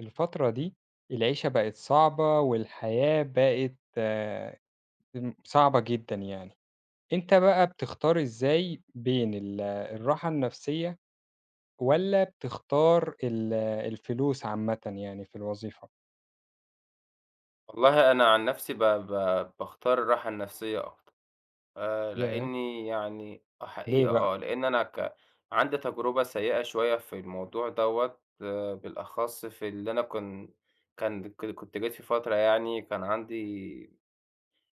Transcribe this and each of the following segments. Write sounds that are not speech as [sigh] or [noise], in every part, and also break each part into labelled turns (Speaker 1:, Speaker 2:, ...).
Speaker 1: الفترة دي العيشة بقت صعبة والحياة بقت م صعبة جدًا يعني، أنت بقى بتختار إزاي بين الراحة النفسية والّا بتختار الفلوس عامةً يعني في الوظيفة؟
Speaker 2: والله أنا عن نفسي ب ب باختار الراحة النفسية أكتر.
Speaker 1: ياه!
Speaker 2: لإني يعني
Speaker 1: ليه
Speaker 2: حقيقة
Speaker 1: بقى؟
Speaker 2: لإن أنا عندي تجربة سيئة شوية في الموضوع دوّة، بالأخص في اللي أنا كان كنت جيت في فترة يعني كان عندي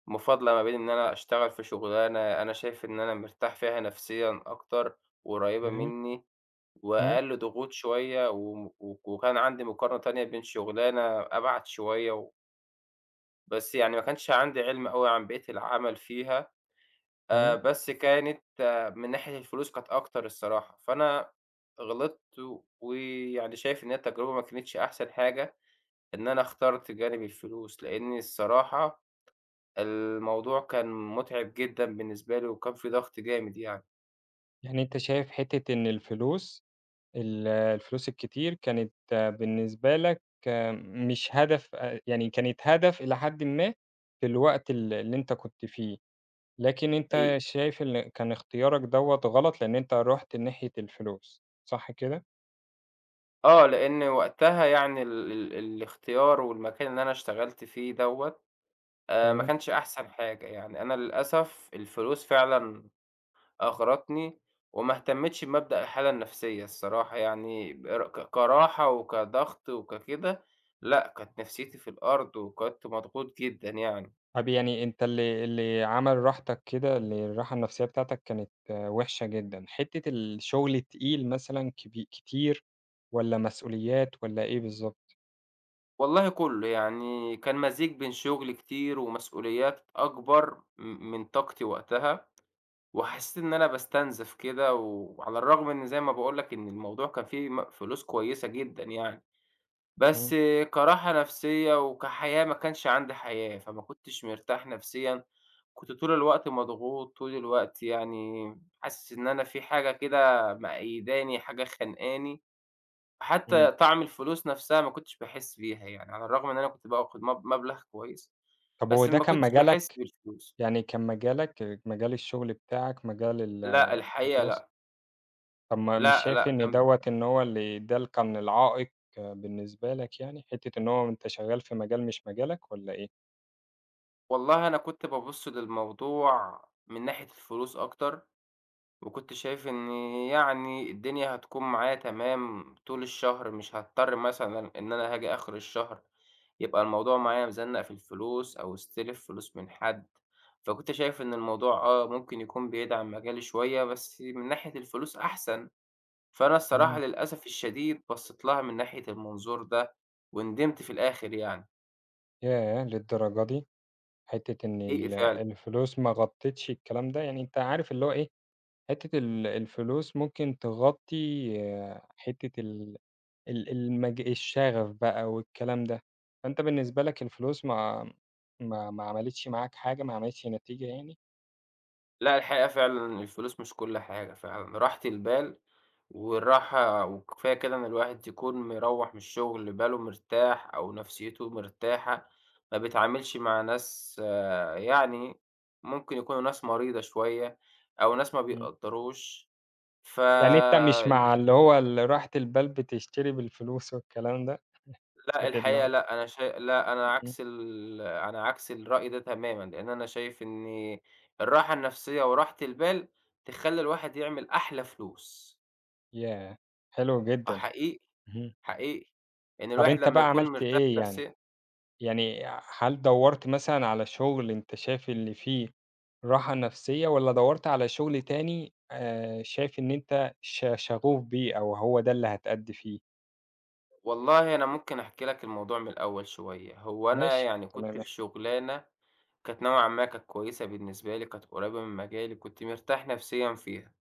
Speaker 2: مفاضلة ما بين إن أنا أشتغل في شغلانة أنا شايف إن أنا مرتاح فيها نفسيًا أكتر، وقريبة
Speaker 1: تمام،
Speaker 2: منّي
Speaker 1: إمم،
Speaker 2: وأقل ضغوط شوية، وكان عندي مقارنة تانية بين شغلانة أبعد شوية و بس يعني ما كانش عندي علم أوي عن بيئة العمل فيها.
Speaker 1: إمم،
Speaker 2: بس كانت من ناحية الفلوس كانت أكتر الصراحة، فأنا غلطت ويعني شايف إن هي التجربة ما كانتش أحسن حاجة، إن أنا اخترت جانب الفلوس، لإن الصراحة الموضوع كان متعب جدًا بالنسبة لي وكان في ضغط جامد يعني.
Speaker 1: يعني أنت شايف حتّة إن الفلوس الفلوس الكتير كانت بالنسبة لك مش هدف يعني كانت هدف إلى حدٍ ما في الوقت اللي أنت كنت فيه. لكن
Speaker 2: حقيقي.
Speaker 1: أنت شايف إن كان اختيارك دوّة غلط، لإن أنت رُحت ناحية الفلوس، صح كده؟
Speaker 2: آه، لإن وقتها يعني ال ال الاختيار والمكان اللي أنا اشتغلت فيه دوّة ما
Speaker 1: تمام.
Speaker 2: كانش أحسن حاجة، يعني أنا للأسف الفلوس فعلًا أغرتني وما اهتمتش بمبدأ الحالة النفسية الصراحة يعني بر ك كراحة وكضغط وككده، لأ كانت نفسيتي في الأرض وكنت مضغوط جدًا يعني.
Speaker 1: طَب يعني أنت اللي عمل راحتك كده، اللي الراحة النفسية بتاعتك كانت وِحشة جدًا، حتّة الشغل التقيل مثلًا كتير والّا مسؤوليات والّا إيه بالضبط؟
Speaker 2: والله كُلّه، يعني كان مزيج بين شغل كتير ومسؤوليات أكبر من طاقتي وقتها، وحسيت إن أنا باستنزف كده وعلى الرغم إن زي ما باقول لك إن الموضوع كان فيه فلوس كويسة جدًا يعني،
Speaker 1: إمم،
Speaker 2: بس كراحة نفسية وكحياة ما كانش عندي حياة، فما كنتش مرتاح نفسيًا. كنت طول الوقت مضغوط، طول الوقت يعني حاسس إن أنا في حاجة كده مقيّداني، حاجة خانقاني،
Speaker 1: إمم.
Speaker 2: حتى طعم الفلوس نفسها ما كنتش باحس بيها يعني، على الرغم إن أنا كنت باخد مبلغ كويس،
Speaker 1: طَب هو
Speaker 2: بس
Speaker 1: ده
Speaker 2: ما
Speaker 1: كان
Speaker 2: كنتش
Speaker 1: مجالك؟
Speaker 2: باحس بالفلوس.
Speaker 1: يعني كان مجالك مجال الشغل بتاعك، مجال ال
Speaker 2: لأ، الحقيقة
Speaker 1: الدراسة؟
Speaker 2: لأ.
Speaker 1: طب ما مش
Speaker 2: لأ،
Speaker 1: شايف
Speaker 2: لأ،
Speaker 1: إن
Speaker 2: كان.
Speaker 1: دوّة إن هو اللي ده اللي كان العائق بالنسبة لك يعني، حتّة إن هو أنت شغال في مجال مش مجالك والّا إيه؟
Speaker 2: والله أنا كنت بابُص للموضوع من ناحية الفلوس أكتر. وكنت شايف إن يعني الدنيا هتكون معايا تمام طول الشهر، مش هاضطر مثلًا إن أنا هاجي آخر الشهر يبقى الموضوع معايا مزنّق في الفلوس أو استلف فلوس من حد، فكنت شايف إن الموضوع ممكن يكون بيدعم مجالي شوية، بس من ناحية الفلوس أحسن، فأنا الصراحة
Speaker 1: إمم.
Speaker 2: للأسف الشديد بصّيت لها من ناحية المنظور ده، وندمت في الآخر يعني.
Speaker 1: ياه! للدرجة دي! حتّة إن
Speaker 2: حقيقي
Speaker 1: ال
Speaker 2: فعلًا.
Speaker 1: الفلوس ما غطّتش الكلام ده، يعني أنت عارف اللي هو إيه، حتّة الفلوس ممكن تغطّي حتّة ال ال المج الشغف بقى والكلام ده، فأنت بالنسبة لك الفلوس ما عملتش معاك حاجة، ما عملتش نتيجة يعني؟
Speaker 2: لأ، الحقيقة فعلًا الفلوس مش كل حاجة فعلًا، راحة البال والراحة وكفاية كده إن الواحد يكون مروّح من الشغل باله مرتاح أو نفسيته مرتاحة، ما بيتعاملش مع ناس يعني ممكن يكونوا ناس مريضة شوية أو ناس ما
Speaker 1: إمم.
Speaker 2: بيقدّروش. ف
Speaker 1: يعني أنت مش مع
Speaker 2: الح
Speaker 1: اللي هو راحة البال بتشتري بالفلوس والكلام ده؟
Speaker 2: لأ،
Speaker 1: حتة اللي
Speaker 2: الحقيقة
Speaker 1: هو
Speaker 2: لأ، أنا شا لأ،
Speaker 1: إمم،
Speaker 2: أنا عكس الرأي ده تمامًا، لإن أنا شايف إن الراحة النفسية وراحة البال تخلّي الواحد يعمل أحلى فلوس.
Speaker 1: ياه! حلو
Speaker 2: آه
Speaker 1: جدًا،
Speaker 2: حقيقي.
Speaker 1: اهم.
Speaker 2: حقيقي. إن
Speaker 1: طب
Speaker 2: الواحد
Speaker 1: أنت
Speaker 2: لمّا
Speaker 1: بقى
Speaker 2: يكون
Speaker 1: عملت
Speaker 2: مرتاح
Speaker 1: إيه يعني؟
Speaker 2: نفسيًا.
Speaker 1: يعني هل دوّرت مثلًا على شغل أنت شايف اللي فيه راحة نفسية، والّا دوّرت على شغل تاني شايف إن أنت شغوف بيه أو هو ده اللي هتأدي فيه؟
Speaker 2: والله أنا ممكن أحكي لك الموضوع من الأول شوية. هو أنا
Speaker 1: ماشي،
Speaker 2: يعني كنت
Speaker 1: تمام،
Speaker 2: في شُغلانة كانت نوعًا ما كانت كويسة بالنسبة لي، كانت قريبة من مجالي، كنت مرتاح نفسيًا فيها.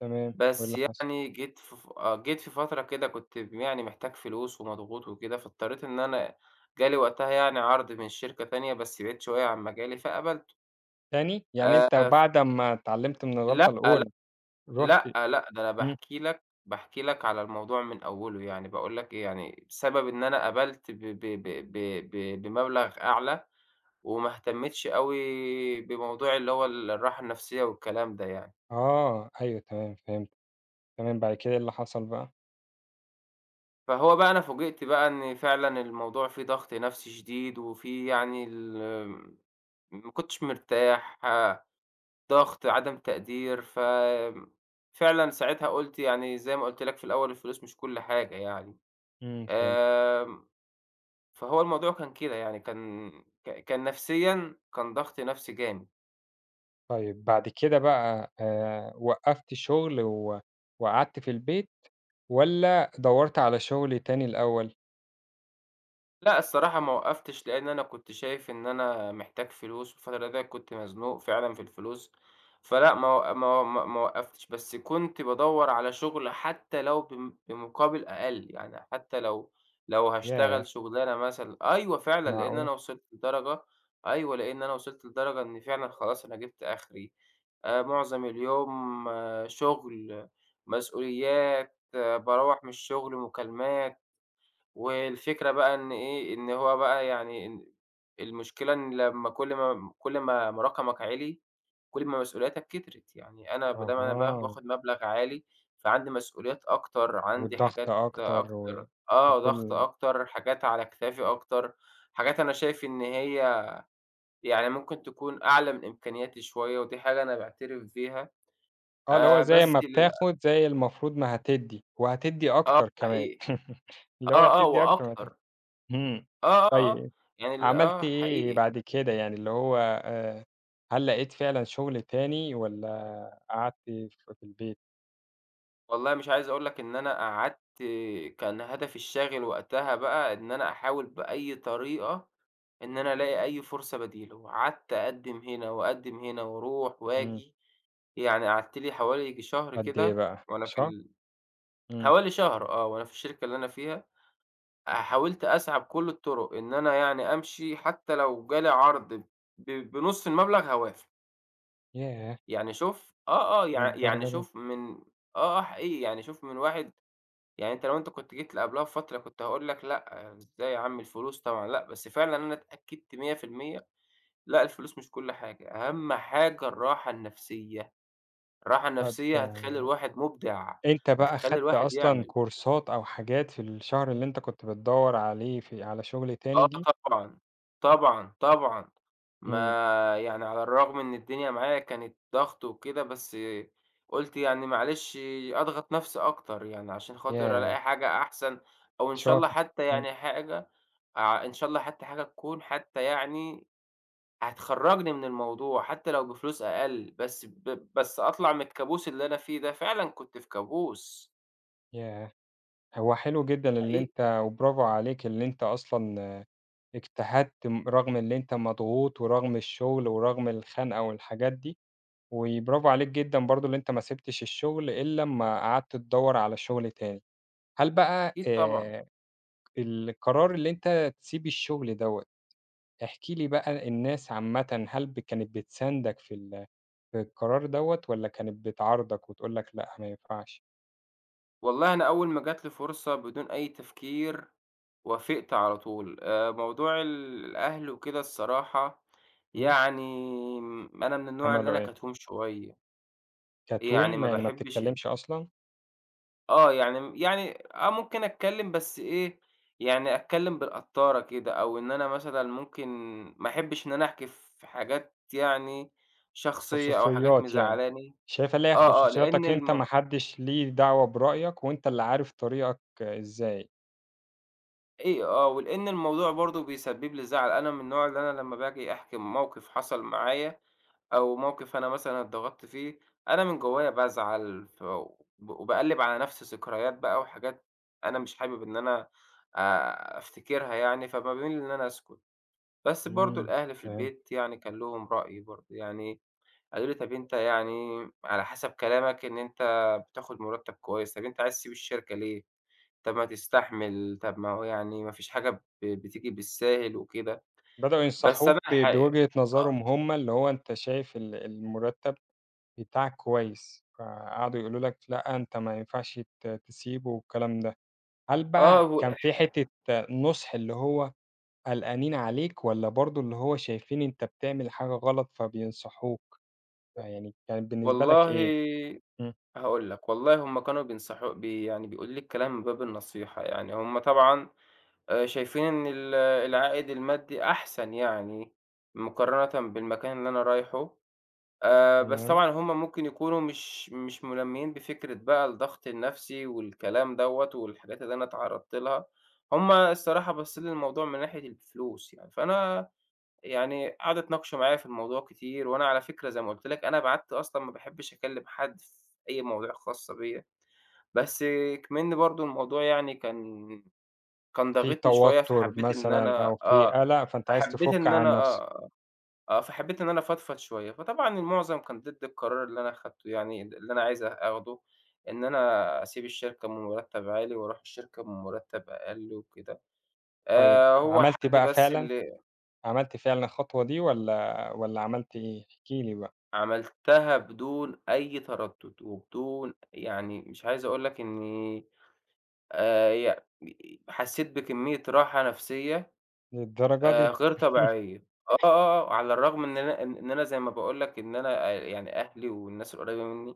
Speaker 1: تمام، وإيه
Speaker 2: بس
Speaker 1: اللي حصل؟
Speaker 2: يعني جيت في فترة كده كنت يعني محتاج فلوس ومضغوط وكده، فاضطريت إن أنا جالي وقتها يعني عرض من شركة تانية بس بعيد شوية عن مجالي فقبلته.
Speaker 1: تاني؟ يعني
Speaker 2: آآ
Speaker 1: أنت
Speaker 2: ف
Speaker 1: بعد أمّا اتعلمت من الغلطة
Speaker 2: لأ،
Speaker 1: الأولى رُحت
Speaker 2: لأ، لأ، ده أنا
Speaker 1: إمم،
Speaker 2: باحكي لك على الموضوع من أوله، يعني باقول لك إيه، يعني بسبب إن أنا قبلت ب ب ب ب ب بمبلغ أعلى، وما اهتمتش أوي بموضوع اللي هو الراحة النفسية والكلام ده يعني.
Speaker 1: آه، أيوه تمام، فهمت. تمام، بعد كده إيه اللي حصل بقى؟
Speaker 2: فهو بقى أنا فوجئت بقى إن فعلًا الموضوع فيه ضغط نفسي شديد، وفيه يعني ما كنتش مرتاح، ضغط، عدم تقدير. فعلًا ساعتها قُلت يعني زي ما قُلت لك في الأول الفلوس مش كل حاجة يعني.
Speaker 1: إمم، فهمت.
Speaker 2: آآ فهو الموضوع كان كده يعني كان نفسيًا كان ضغط نفسي جامد.
Speaker 1: طيب بعد كده بقى وقّفت شغل وقعدت في البيت والّا دَوّرت على شغل تاني الأول؟
Speaker 2: لأ، الصراحة ما وقّفتش، لإن أنا كنت شايف إن أنا محتاج فلوس، والفترة ديّة كنت مزنوق فعلًا في الفلوس، فلأ ما و ما ما ما وقّفتش، بس كنت بادوّر على شغل حتى لو بمقابل أقل، يعني حتى لو
Speaker 1: ياه!
Speaker 2: هاشتغل شغلانة مثلًا أيوه فعلًا، لإن
Speaker 1: معقولة!
Speaker 2: أنا وصلت لدرجة. أيوه، لإن أنا وصلت لدرجة إن فعلًا خلاص أنا جِبت آخري. معظم اليوم شغل، مسؤوليات، باروّح من الشغل مكالمات. والفكرة بقى إن إيه، إن هو بقى يعني إن المشكلة إن لمّا كل ما رقمك عِلِي، كل ما مسؤولياتك كترت، يعني أنا بدام أنا
Speaker 1: أها،
Speaker 2: باخد مبلغ عالي، فعندي مسؤوليات أكتر، عندي
Speaker 1: والضغط
Speaker 2: حاجات
Speaker 1: أكتر
Speaker 2: أكتر ضغط
Speaker 1: وكل
Speaker 2: أكتر، حاجات على كتافي أكتر، حاجات أنا شايف إن هي يعني ممكن تكون أعلى من إمكانياتي شوية، ودي حاجة أنا باعترف بيها.
Speaker 1: اللي هو زي
Speaker 2: بس
Speaker 1: ما
Speaker 2: لل
Speaker 1: بتاخد زي المفروض ما هتدّي، وهتدّي
Speaker 2: آه
Speaker 1: أكتر كمان
Speaker 2: حقيقي،
Speaker 1: [laughs] اللي هو
Speaker 2: آه، آه
Speaker 1: هتدّي أكتر ما هتاخد.
Speaker 2: وأكتر،
Speaker 1: إمم،
Speaker 2: آه، آه، آه،
Speaker 1: طيب
Speaker 2: يعني
Speaker 1: عملتِ
Speaker 2: آه
Speaker 1: إيه
Speaker 2: حقيقي.
Speaker 1: بعد كده يعني، اللي هو هل لقيتِ فعلًا شغل تاني والّا قعدتِ في البيت؟
Speaker 2: والله مش عايز أقول لك إن أنا قعدت. كان هدفي الشاغل وقتها بقى إن أنا أحاول بأي طريقة إن أنا ألاقي أي فرصة بديلة، وقعدت أقدّم هنا وأقدّم هنا وأروح
Speaker 1: إمم،
Speaker 2: وآجي، يعني قعدت لي حوالي ييجي شهر
Speaker 1: قد إيه
Speaker 2: كده
Speaker 1: بقى،
Speaker 2: وأنا في
Speaker 1: شهر؟ إمم،
Speaker 2: حوالي شهر وأنا في الشركة اللي أنا فيها، حاولت أسعى بكل الطرق إن أنا يعني أمشي حتى لو جالي عرض بنُص المبلغ هاوافق،
Speaker 1: ياه!
Speaker 2: يعني شوف آه، آه، يع يعني
Speaker 1: للدرجة دي!
Speaker 2: شوف من آه حقيقي يعني شوف من واحد. يعني أنت كنت جيت قبلها بفترة كنت هاقول لك لأ، إزاي يا عم الفلوس طبعًا لأ، بس فعلًا أنا اتأكدت 100%. لأ، الفلوس مش كل حاجة، أهم حاجة الراحة النفسية، الراحة
Speaker 1: طَب
Speaker 2: النفسية هتخلّي الواحد مُبدع،
Speaker 1: أنت بقى
Speaker 2: هتخلّي
Speaker 1: خدت
Speaker 2: الواحد
Speaker 1: أصلًا
Speaker 2: يعمل.
Speaker 1: كورسات أو حاجات في الشهر اللي أنت كنت بتدوّر عليه على شغل
Speaker 2: آه
Speaker 1: تاني دي؟
Speaker 2: طبعًا، طبعًا، طبعًا. ما
Speaker 1: إمم،
Speaker 2: يعني على الرغم إن الدنيا معايا كانت ضغط وكده، بس قُلت يعني معلش أضغط نفسي أكتر يعني عشان خاطر
Speaker 1: ياه!
Speaker 2: ألاقي حاجة أحسن، أو إن شاء الله
Speaker 1: شاطر،
Speaker 2: حتى
Speaker 1: إمم،
Speaker 2: يعني حاجة إن شاء الله حتى حاجة تكون حتى يعني هتخرّجني من الموضوع، حتى لو بفلوس أقل، بس أطلع من الكابوس اللي أنا فيه ده، فعلًا كنت في كابوس.
Speaker 1: ياه! هو حلو جدًا اللي
Speaker 2: حقيقي.
Speaker 1: أنت وبرافو عليك اللي أنت أصلًا اجتهدت رغم اللي أنت مضغوط ورغم الشغل ورغم الخنقة والحاجات دي، وبرافو عليك جدًا برضه اللي أنت ما سِبتش الشغل إلا أمّا قعدت تدوّر على شغل تاني. هل بقى
Speaker 2: أكيد طبعًا.
Speaker 1: القرار اللي أنت تسيب الشغل دوّة، احكِ لي بقى الناس عامةً هل كانت بتساندك في في القرار دوّة والّا كانت بتعارضك وتقول لك لأ ما ينفعش؟
Speaker 2: والله أنا أول ما جات لي فرصة بدون أي تفكير وافقت على طول. موضوع الأهل وكده الصراحة
Speaker 1: إمم،
Speaker 2: يعني أنا من النوع اللي
Speaker 1: عملوا
Speaker 2: أنا
Speaker 1: إيه؟
Speaker 2: كتوم شوية، يعني
Speaker 1: كتوم
Speaker 2: ما
Speaker 1: يعني ما
Speaker 2: باحبش ال
Speaker 1: بتتكلمش أصلًا؟
Speaker 2: يعني ممكن أتكلم بس إيه، يعني أتكلم بالقطّارة كده، أو إن أنا مثلًا ممكن ما أحبش إن أنا أحكي في حاجات يعني شخصية أو حاجات
Speaker 1: خصوصيات يعني،
Speaker 2: مزعلاني.
Speaker 1: شايفة اللي هي
Speaker 2: آه، آه، لأن
Speaker 1: خصوصياتك أنت ما
Speaker 2: الم
Speaker 1: حدش ليه دعوة برأيك وأنت اللي عارف طريقك إزاي.
Speaker 2: إيه آه، ولإن الموضوع برضه بيسبب لي زعل، أنا من النوع اللي أنا لمّا باجي أحكي موقف حصل معايا، أو موقف أنا مثلًا اتضغطت فيه، أنا من جوايا بازعل، ف وب وباقلِّب على نفسي ذكريات بقى وحاجات أنا مش حابب إن أنا أفتكرها يعني، فباميل إن أنا أسكت. بس برضه
Speaker 1: إمم،
Speaker 2: الأهل في
Speaker 1: فهمت،
Speaker 2: البيت يعني كان لهم رأي برضه، يعني قالوا لي: "طَب أنت يعني على حسب كلامك إن أنت بتاخد مُرتّب كويس، طَب أنت عايز تسيب الشركة ليه؟" طب ما تستحمل، طب ما هو يعني ما فيش حاجة بتيجي بالساهل وكده.
Speaker 1: بدأوا
Speaker 2: بس
Speaker 1: ينصحوك
Speaker 2: أنا الحقيقة
Speaker 1: بوجهة
Speaker 2: أ
Speaker 1: نظرهم هم، اللي هو أنت شايف المرتب بتاعك كويس، فقعدوا يقولوا لك لأ، أنت ما ينفعش تسيبه والكلام ده. هل بقى
Speaker 2: وال.
Speaker 1: كان في حتة نُصح اللي هو قلقانين عليك والّا برضه اللي هو شايفين أنت بتعمل حاجة غلط فبينصحوك؟ فيعني كانت بالنسبة لك إيه؟
Speaker 2: والله
Speaker 1: إمم،
Speaker 2: هاقول لك، والله هُم كانوا بينصحو بي يعني بيقولوا لي الكلام من باب النصيحة، يعني هُم طبعًا شايفين إن العائد المادي أحسن يعني مقارنةً بالمكان اللي أنا رايحه. بس
Speaker 1: تمام.
Speaker 2: طبعًا هُم ممكن يكونوا مش ملمّيين بفكرة بقى الضغط النفسي والكلام دوّة والحاجات اللي أنا اتعرّضت لها، هُم الصراحة باصّين للموضوع من ناحية الفلوس يعني، فأنا يعني قعدوا اتناقشوا معايا في الموضوع كتير، وأنا على فكرة زي ما قُلت لك أنا بعدت أصلًا ما باحبش أكلّم حد في أي مواضيع خاصة بيّا، بس إكمن برضه الموضوع يعني كان
Speaker 1: في
Speaker 2: ضاغطني شوية
Speaker 1: توتر مثلًا أو في قلق، فأنت عايز
Speaker 2: فحبّيت
Speaker 1: تفُك
Speaker 2: إن أنا
Speaker 1: عن نفسك،
Speaker 2: آه. آه، فحبيت إن أنا أفضفض شوية، فطبعًا المُعظم كان ضد القرار اللي أنا أخدته يعني اللي أنا عايز آخده، إن أنا أسيب الشركة بمُرتّب عالي وأروح الشركة بمُرتّب أقل وكده.
Speaker 1: طيب
Speaker 2: هو
Speaker 1: عملت
Speaker 2: حد
Speaker 1: بقى
Speaker 2: بس
Speaker 1: فعلًا،
Speaker 2: اللي
Speaker 1: عملت فعلًا الخطوة دي والّا عملت إيه؟ احكِ لي بقى،
Speaker 2: عملتها بدون أي تردُّد وبدون يعني مش عايز أقول لك إني ي حسّيت بكمية راحة نفسية
Speaker 1: للدرجة دي!
Speaker 2: غير طبيعية. آه، آه، آه، على الرغم إن أنا زي ما باقول لك إن أنا يعني أهلي والناس القريبة منّي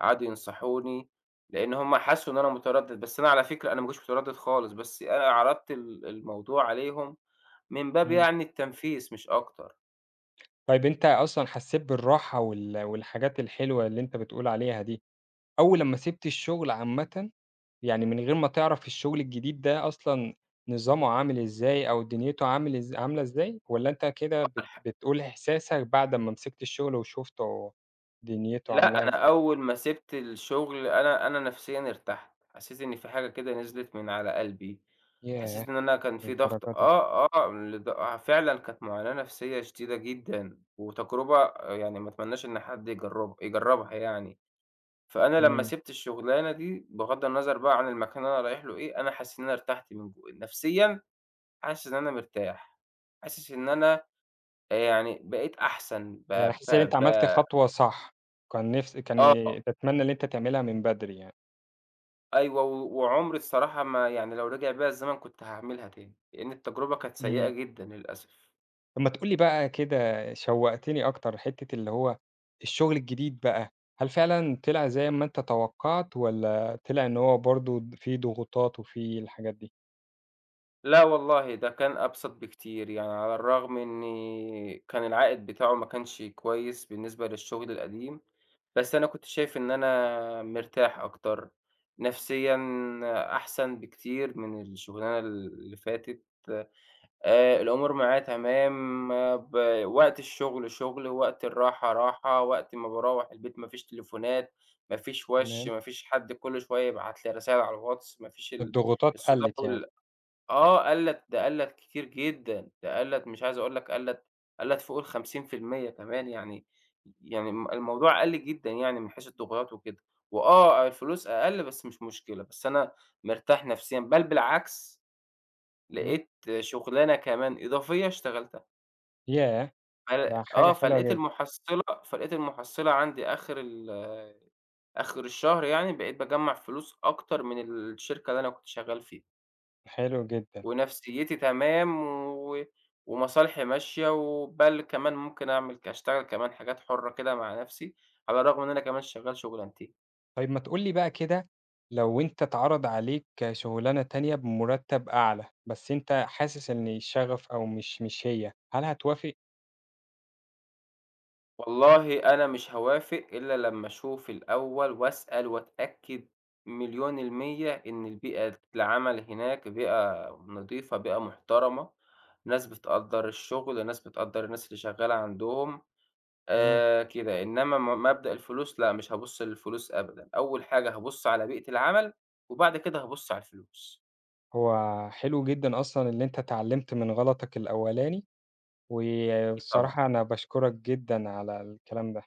Speaker 2: قعدوا ينصحوني، لإن هم حسّوا إن أنا متردد، بس أنا على فكرة أنا ما كنتش متردد خالص، بس أنا عرضت الموضوع عليهم من باب
Speaker 1: إمم،
Speaker 2: يعني التنفيس مش أكتر.
Speaker 1: طيب أنت أصلًا حسّيت بالراحة والحاجات الحلوة اللي أنت بتقول عليها دي، أول لمّا سِبت الشغل عامةً، يعني من غير ما تعرف الشغل الجديد ده أصلًا نظامه عامل إزاي أو دنيته عاملة إزاي، والّا أنت كده
Speaker 2: آه الح
Speaker 1: بتقول إحساسك بعد أمّا مسكت الشغل وشُفته دنيته عاملاها
Speaker 2: لأ، أنا
Speaker 1: إزاي؟
Speaker 2: أول ما سِبت الشغل أنا نفسيًا ارتحت، حسّيت إن في حاجة كده نزلت من على قلبي،
Speaker 1: ياه!
Speaker 2: حسّيت إن أنا كان في
Speaker 1: للدرجة
Speaker 2: ضغط
Speaker 1: دي،
Speaker 2: آه، آه، لض آه، فعلًا كانت معاناة نفسية شديدة جدًا، وتجربة يعني ما أتمناش إن حد يجرّبها يعني، فأنا لمّا
Speaker 1: إمم،
Speaker 2: سِبت الشغلانة دي بغض النظر بقى عن المكان اللي أنا رايح له إيه، أنا حاسس إن أنا ارتحت من جوّايا، نفسيًا حاسس إن أنا مرتاح، حاسس إن أنا يعني بقيت أحسن ب
Speaker 1: يعني
Speaker 2: ب
Speaker 1: حسيت إن أنت عملت
Speaker 2: ب
Speaker 1: خطوة صح، كان نفس كان ي-
Speaker 2: آه.
Speaker 1: تتمنى إن أنت تعملها من بدري يعني،
Speaker 2: أيوه، وعمري الصراحة ما يعني لو رجع بيّا الزمن كنت هاعملها تاني، لإن التجربة كانت سيئة
Speaker 1: إمم،
Speaker 2: جدًا للأسف.
Speaker 1: طب ما تقول لي بقى كده شوّقتني أكتر حتّة اللي هو الشغل الجديد بقى، هل فعلًا طلع زي ما أنت توقعت والّا طلع إن هو برضه في ضغوطات وفي الحاجات دي؟
Speaker 2: لا والله ده كان أبسط بكتير، يعني على الرغم إن كان العائد بتاعه ما كانش كويس بالنسبة للشغل القديم، بس أنا كنت شايف إن أنا مرتاح أكتر، نفسيًا أحسن بكتير من الشغلانة اللي فاتت. الأمور معايا تمام. آه، ب وقت الشغل شغل، وقت الراحة راحة، وقت ما باروّح البيت ما فيش تليفونات، ما فيش وَش،
Speaker 1: تمام،
Speaker 2: ما فيش حد كل شوية يبعت لي رسايل على الواتس، ما فيش
Speaker 1: الضغوطات
Speaker 2: الصداع
Speaker 1: قلّت يعني،
Speaker 2: وال آه قَلّت، ده قَلّت كتير جدًا، ده قَلّت مش عايز أقول لك قَلّت فوق ال50% كمان يعني. يعني الموضوع قَل جدًا يعني من حيث الضغوطات وكده. الفلوس أقل بس مش مشكلة، بس أنا مرتاح نفسيًا، بل بالعكس
Speaker 1: إمم،
Speaker 2: لقيت شُغلانة كمان إضافية اشتغلتها.
Speaker 1: ياه!
Speaker 2: ف
Speaker 1: ده
Speaker 2: آه،
Speaker 1: حاجة حلوة جدًا،
Speaker 2: فلقيت المحصّلة عندي آخر آخر الشهر يعني بقيت باجمّع فلوس أكتر من الشركة اللي أنا كنت شغّال فيها،
Speaker 1: حلو جدًا.
Speaker 2: ونفسيّتي تمام و ومصالحي ماشية، كمان ممكن أعمل ك أشتغل كمان حاجات حُرّة كده مع نَفْسي، على الرغم إن أنا كمان شغّال شُغلانتين.
Speaker 1: طيب ما تقول لي بقى كده، لو أنت اتعرض عليك شُغلانة تانية بمُرتّب أعلى، بس أنت حاسس إن الشغف أو مش هي، هل هتوافق؟
Speaker 2: والله أنا مش هاوافق إلا لمّا أشوف الأول وأسأل وأتأكد مليون المِيّة إن البيئة العمل هناك بيئة نضيفة، بيئة محترمة، ناس بتقدّر الشغل، ناس بتقدّر الناس اللي شغّالة عندهم.
Speaker 1: إمم.
Speaker 2: كده. إنّما مبدأ الفلوس لأ، مش هابُص للفلوس أبدًا، أول حاجة هابُص على بيئة العمل وبعد كده هابُص على الفلوس،
Speaker 1: هو حلو جدًا أصلًا اللي أنت اتعلّمت من غلطك الأولاني،
Speaker 2: أكيد طبعًا.
Speaker 1: والصراحة أنا باشكرك جدًا على الكلام ده.